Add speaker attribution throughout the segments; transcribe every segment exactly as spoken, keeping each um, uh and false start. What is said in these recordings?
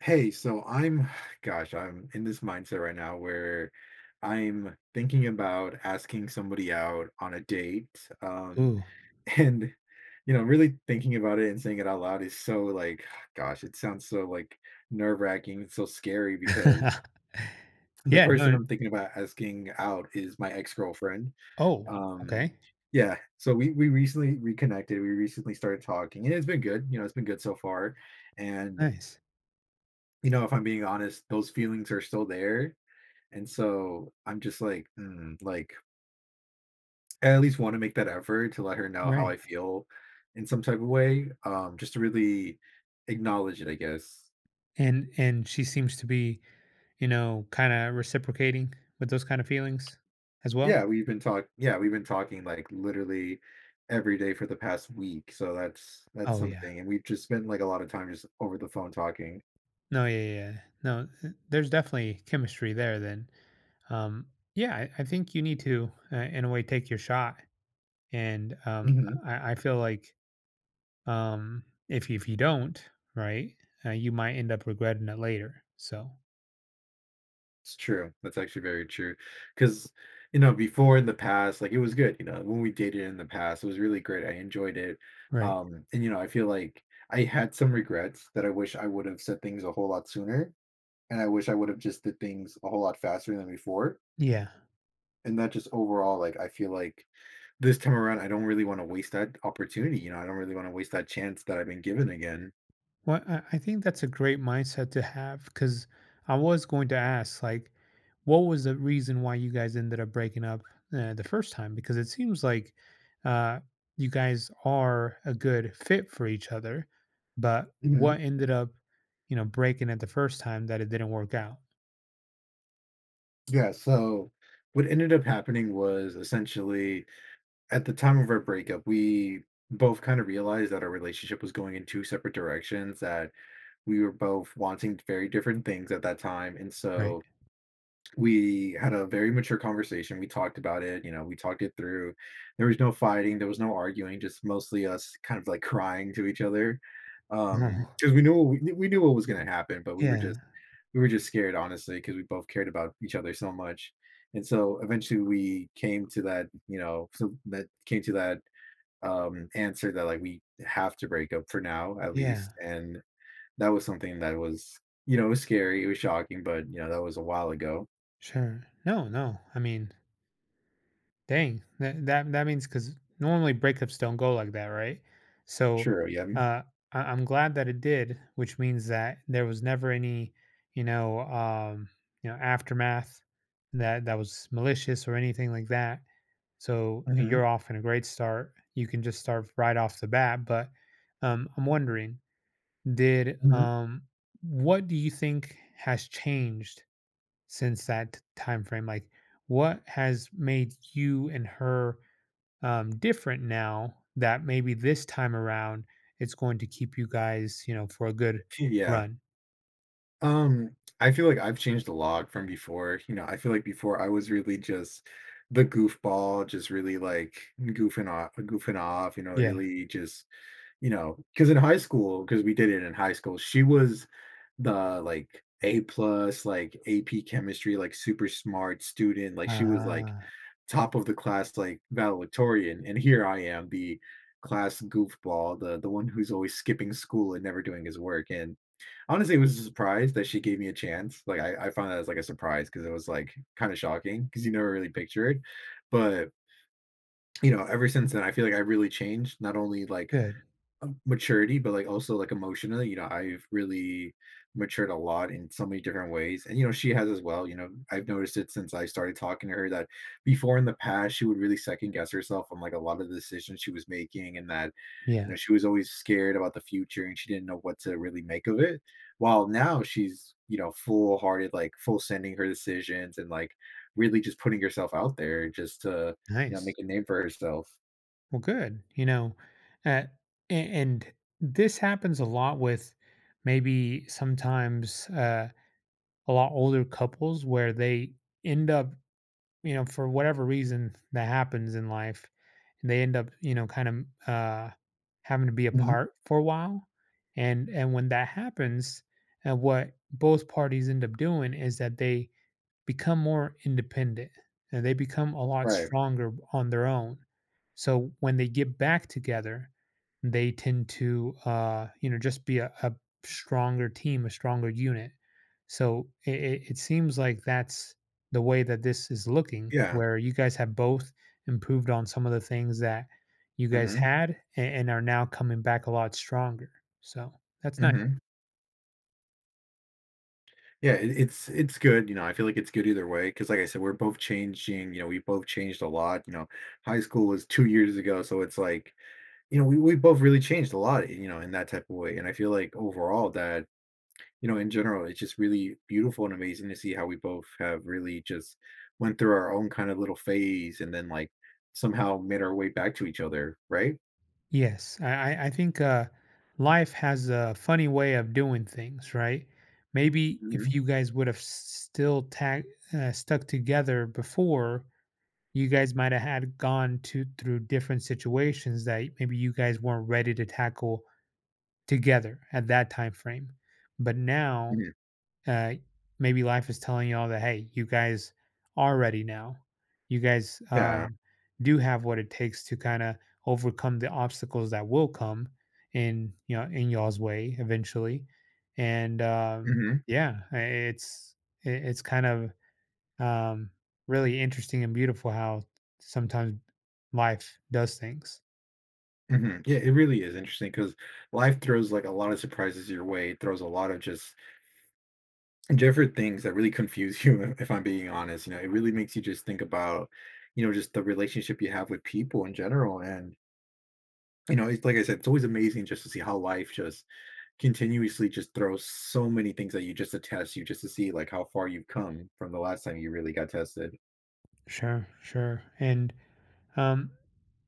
Speaker 1: Hey, so I'm, gosh, I'm in this mindset right now where I'm thinking about asking somebody out on a date. Um,
Speaker 2: Ooh.
Speaker 1: and, You know, really thinking about it and saying it out loud is so like, gosh, it sounds so like nerve-wracking. It's so scary because the
Speaker 2: Yeah,
Speaker 1: person
Speaker 2: no
Speaker 1: I'm thinking about asking out is my ex-girlfriend.
Speaker 2: oh,
Speaker 1: Um,
Speaker 2: okay.
Speaker 1: yeah, so we we recently reconnected. We recently started talking, and it's been good. You know, it's been good so far. And
Speaker 2: Nice.
Speaker 1: you know, if I'm being honest, those feelings are still there, and so I'm just like, "Mm," like, I at least wanna make that effort to let her know how I
Speaker 2: Right.
Speaker 1: feel in some type of way, um, just to really acknowledge it, I guess.
Speaker 2: And and she seems to be, you know, kinda reciprocating with those kind of feelings as well?
Speaker 1: Yeah, we've been talk yeah, we've been talking, like, literally every day for the past week, so that's that's
Speaker 2: Oh, yeah.
Speaker 1: something, and we've just spent, like, a lot of time just over the phone talking.
Speaker 2: No, yeah, yeah, yeah. No, th there's definitely chemistry there then. Um, yeah, I I think you need to, uh, in a way, take your shot, and, um,
Speaker 1: Mhm.
Speaker 2: I I feel like, um, if you if you don't, right, uh, you might end up regretting it later, so.
Speaker 1: It's true. That's actually very true. Because, you know, before in the past, like it was good, you know, when we dated in the past, it was really great. I enjoyed it.
Speaker 2: Right.
Speaker 1: Um, and you know, I feel like I had some regrets that I wish I would have said things a whole lot sooner. And I wish I would have just did things a whole lot faster than before.
Speaker 2: Yeah.
Speaker 1: And that just overall, like I feel like this time around, I don't really want to waste that opportunity. You know, I don't really want to waste that chance that I've been given again.
Speaker 2: Well, I, I think that's a great mindset to have because I was going to ask, like, what was the reason why you guys ended up breaking up uh, the first time? Because it seems like uh, you guys are a good fit for each other, but
Speaker 1: Mhm.
Speaker 2: what ended up, you know, breaking it the first time that it didn't work out?
Speaker 1: Yeah. So what ended up happening was essentially at the time of our breakup, we both kind of realized that our relationship was going in two separate directions, that we were both wanting very different things at that time. And
Speaker 2: Right.
Speaker 1: so we had a very mature conversation. We talked about it, you know, we talked it through. There was no fighting, there was no arguing, just mostly us kind of like crying to each other. Um,
Speaker 2: No.
Speaker 1: because we knew what we, we knew what was gonna happen, but we were just
Speaker 2: Yeah.
Speaker 1: we were just scared, honestly, because we both cared about each other so much. And so eventually we came to that, you know, so that came to that um answer that like we have to break up for now at
Speaker 2: Yeah.
Speaker 1: least. And that was something that was, you know, it was scary, it was shocking, but you know, that was a while ago.
Speaker 2: Sure. No, no. I mean, dang, that that that means because normally breakups don't go like that, right? So,
Speaker 1: True, yeah.
Speaker 2: uh, I I'm glad that it did, which means that there was never any, you know, um, you know, aftermath that that was malicious or anything like that. So
Speaker 1: Mhm,
Speaker 2: you're off in a great start. You can just start right off the bat. But um, I'm wondering, did
Speaker 1: mhm.
Speaker 2: um, what do you think has changed since that time frame, like what has made you and her, um, different now that maybe this time around it's going to keep you guys, you know, for a good
Speaker 1: Yeah.
Speaker 2: run.
Speaker 1: Um, I feel like I've changed a lot from before. You know, I feel like before I was really just the goofball, just really, like, goofing off goofing off, you know,
Speaker 2: Yeah.
Speaker 1: really just you know, because in high school, because we did it in high school, she was the, like, A plus, like, A P chemistry, like, super smart student, like, she was, like,
Speaker 2: Ah,
Speaker 1: top of the class like valedictorian, and here I am the class goofball, the the one who's always skipping school and never doing his work. And honestly, it was a surprise that she gave me a chance. Like i, I found that as like a surprise because it was like kind of shocking because you never really picture it. But you know, ever since then I feel like I really changed, not only like
Speaker 2: good.
Speaker 1: um, maturity, but, like, also, like, emotionally. You know, I've really matured a lot in so many different ways, and, you know, she has as well. You know, I've noticed it since I started talking to her that before in the past, she would really second guess herself on, like, a lot of the decisions she was making, and that, you
Speaker 2: Yeah.
Speaker 1: know, she was always scared about the future and she didn't know what to really make of it, while now she's, you know, full-hearted, like, full sending her decisions and, like, really just putting herself out there just to, you know,
Speaker 2: Nice.
Speaker 1: make a name for herself.
Speaker 2: Well, good, you know, uh, a- and this happens a lot with maybe sometimes, uh, a lot older couples where they end up, you know, for whatever reason that happens in life, and they end up, you know, kind of, uh, having to be
Speaker 1: Mhm.
Speaker 2: apart for a while. And and when that happens, and what both parties end up doing is that they become more independent and they become a lot
Speaker 1: Right.
Speaker 2: stronger on their own. So when they get back together, they tend to, uh, you know, just be a, a stronger team, a stronger unit. So it, it, it seems like that's the way that this is looking,
Speaker 1: Yeah.
Speaker 2: where you guys have both improved on some of the things that you guys
Speaker 1: Mhm.
Speaker 2: had and, and are now coming back a lot stronger. So that's nice.
Speaker 1: Mhm. Yeah, it, it's it's good. You know, I feel like it's good either way because, like I said, we're both changing. You know, we both changed a lot. You know, high school was two years ago, so it's like you know we we both really changed a lot. You know, in that type of way, and I feel like overall that you know in general it's just really beautiful and amazing to see how we both have really just went through our own kind of little phase and then like somehow made our way back to each other, right?
Speaker 2: Yes, I, I I think, uh, life has a funny way of doing things, right? Maybe
Speaker 1: Hmm.
Speaker 2: if you guys would have s- still tag, uh, stuck together before, you guys might have had gone to through different situations that maybe you guys weren't ready to tackle together at that time frame. But now,
Speaker 1: Hmm.
Speaker 2: uh, maybe life is telling y'all that, hey, you guys are ready now. You guys,
Speaker 1: Yeah.
Speaker 2: um, do have what it takes to kind of overcome the obstacles that will come in, you know, in y'all's way eventually. And um,
Speaker 1: Hmm.
Speaker 2: yeah, i- it's i- it's kind of, um, really interesting and beautiful how sometimes life does things.
Speaker 1: Mhm. Yeah, it really is interesting because life throws like a lot of surprises your way. It throws a lot of just different things that really confuse you, if I'm being honest. You know, it really makes you just think about, you know, just the relationship you have with people in general. And, you know, it's like I said, it's always amazing just to see how life just continuously just throws so many things that you just attest you just to see like how far you've come from the last time you really got tested.
Speaker 2: Sure, sure, and Um,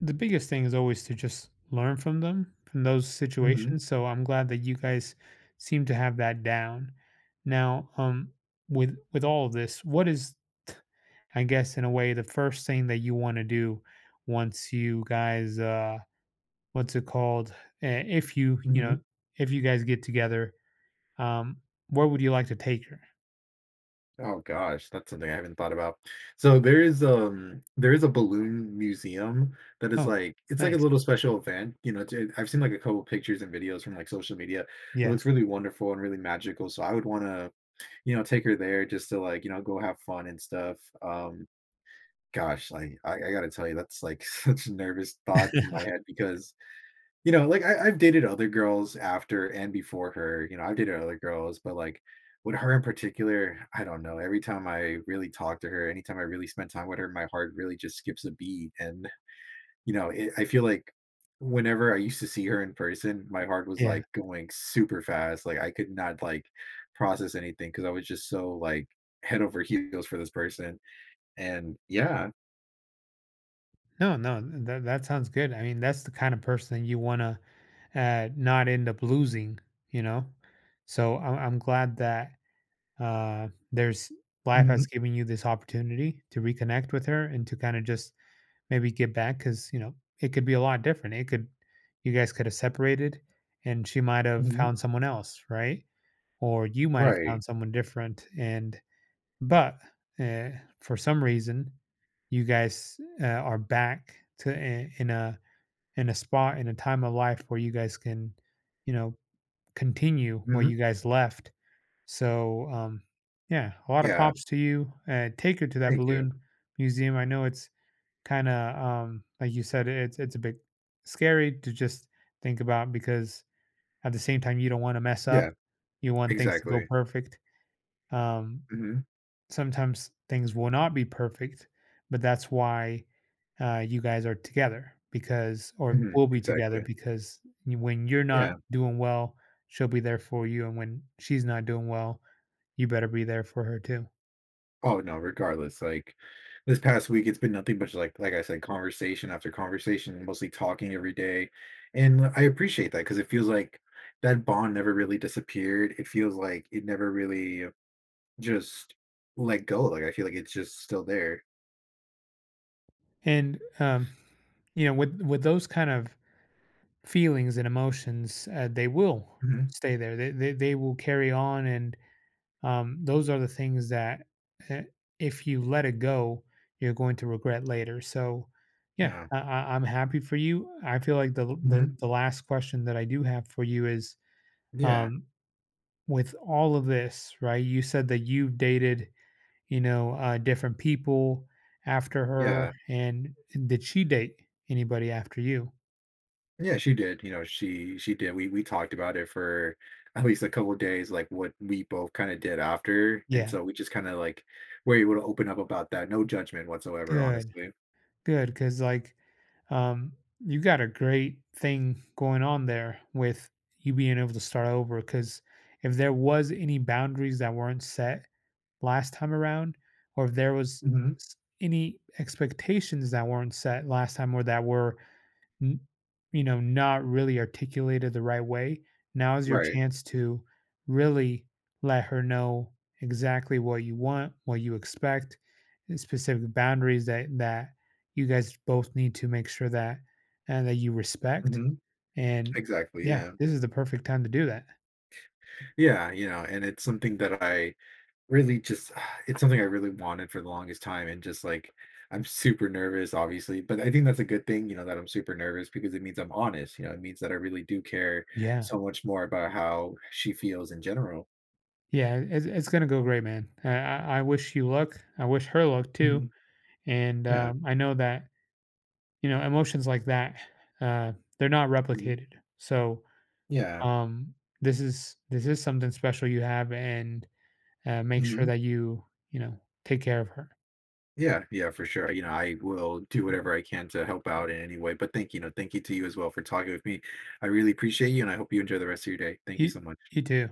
Speaker 2: the biggest thing is always to just learn from them, from those
Speaker 1: Hmm.
Speaker 2: situations. So I'm glad that you guys seem to have that down. Now, um, with with all of this, what is, I guess, in a way, the first thing that you want to do once you guys, uh, what's it called? Eh, if you, you
Speaker 1: Hmm.
Speaker 2: know, if you guys get together, um, where would you like to take her?
Speaker 1: Oh, gosh, that's something I haven't thought about. So there is um there is a balloon museum that is
Speaker 2: Oh,
Speaker 1: like it's like a
Speaker 2: nice.
Speaker 1: little special event. You know, it's- I've seen like a couple pictures and videos from like social media. It
Speaker 2: Yeah.
Speaker 1: looks really wonderful and really magical. So I would want to you know take her there just to like you know go have fun and stuff. Um, gosh, like I, I gotta tell you, that's like such a nervous thought in my head because you know, like I, I've dated other girls after and before her. You know, I've dated other girls, but like with her in particular, I don't know. Every time I really talk to her, anytime I really spend time with her, my heart really just skips a beat. And you know, it, I feel like whenever I used to see her in person, my heart was
Speaker 2: Yeah.
Speaker 1: like going super fast. Like I could not like process anything because I was just so like head over heels for this person. And yeah,
Speaker 2: No, no, that that sounds good. I mean, that's the kind of person you want to, uh, not end up losing, you know. So I'm I'm glad that, uh, there's life has
Speaker 1: mhm,
Speaker 2: given you this opportunity to reconnect with her and to kind of just maybe get back, because you know it could be a lot different. It could, you guys could have separated, and she might have
Speaker 1: mhm,
Speaker 2: found someone else, right? Or you might have
Speaker 1: right,
Speaker 2: found someone different, and, but, uh, for some reason, you guys, uh, are back to I in a in a spot, in a time of life where you guys can, you know, continue where
Speaker 1: mhm,
Speaker 2: you guys left. So, um, yeah, a lot of
Speaker 1: yeah.
Speaker 2: props to you. Uh, take her to that
Speaker 1: Thank you.
Speaker 2: balloon museum. I know it's kinda, um, like you said, it's it's a bit scary to just think about because at the same time, you don't wanna mess up.
Speaker 1: Yeah,
Speaker 2: You want things to go
Speaker 1: exactly.
Speaker 2: perfect. Um
Speaker 1: Mhm.
Speaker 2: sometimes things will not be perfect, but that's why, uh, you guys are together because, or
Speaker 1: Mhm,
Speaker 2: will be together
Speaker 1: exactly.
Speaker 2: because you- when you're not
Speaker 1: Yeah.
Speaker 2: doing well, she'll be there for you. And when she's not doing well, you better be there for her too.
Speaker 1: Oh, no, regardless, like, this past week, it's been nothing but, like like I said, conversation after conversation, mostly talking every day, and I appreciate that because it feels like that bond never really disappeared. It feels like it never really just let go, like, I feel like it's just still there.
Speaker 2: And, um, you know, with, with those kind of feelings and emotions, uh, they will
Speaker 1: Mhm.
Speaker 2: stay there. They, they, they will carry on. And Um, those are the things that, eh, if you let it go, you're going to regret later. So, yeah,
Speaker 1: Yeah.
Speaker 2: I, I, I'm happy for you. I feel like the, the
Speaker 1: Mhm.
Speaker 2: the last question that I do have for you is,
Speaker 1: Yeah.
Speaker 2: um, with all of this, right? You said that you've dated, you know, uh, different people after her,
Speaker 1: Yeah.
Speaker 2: and did she date anybody after you?
Speaker 1: Yeah, she did. You know, she she did. We we talked about it for at least a couple of days, like what we both kind of did after, and
Speaker 2: Yeah,
Speaker 1: so we just kind of like were able to open up about that. No judgment whatsoever,
Speaker 2: good.
Speaker 1: honestly.
Speaker 2: Good, because like, um, you got a great thing going on there with you being able to start over. Because if there was any boundaries that weren't set last time around, or if there was
Speaker 1: Hmm.
Speaker 2: s- any expectations that weren't set last time, or that were n- you know, not really articulated the right way, now is your
Speaker 1: Right.
Speaker 2: chance to really let her know exactly what you want, what you expect, and specific boundaries that that you guys both need to make sure that and that you respect.
Speaker 1: Hmm.
Speaker 2: And
Speaker 1: Exactly.
Speaker 2: yeah,
Speaker 1: Yeah.
Speaker 2: this is the perfect time to do that.
Speaker 1: Yeah. You know, and it's something that I really just, it's something I really wanted for the longest time. And just like, I'm super nervous, obviously, but I think that's a good thing, you know, that I'm super nervous because it means I'm honest. You know, it means that I really do care
Speaker 2: Yeah,
Speaker 1: so much more about how she feels in general.
Speaker 2: yeah, it's, it's gonna go great, man. I, I, I wish you luck, I wish her luck too.
Speaker 1: Mhm.
Speaker 2: And
Speaker 1: Yeah.
Speaker 2: um, I know that, you know, emotions like that, uh, they're not
Speaker 1: Mhm.
Speaker 2: replicated. So
Speaker 1: Yeah.
Speaker 2: um this is this is something special you have. And, uh, make sure
Speaker 1: Mhm.
Speaker 2: that you you know, take care of her.
Speaker 1: Yeah, yeah, for sure. You know, I will do whatever I can to help out in any way. But thank You know, thank you to you as well for talking with me. I really appreciate you, and I hope you enjoy the rest of your day. Thank you so
Speaker 2: You
Speaker 1: much.
Speaker 2: you too.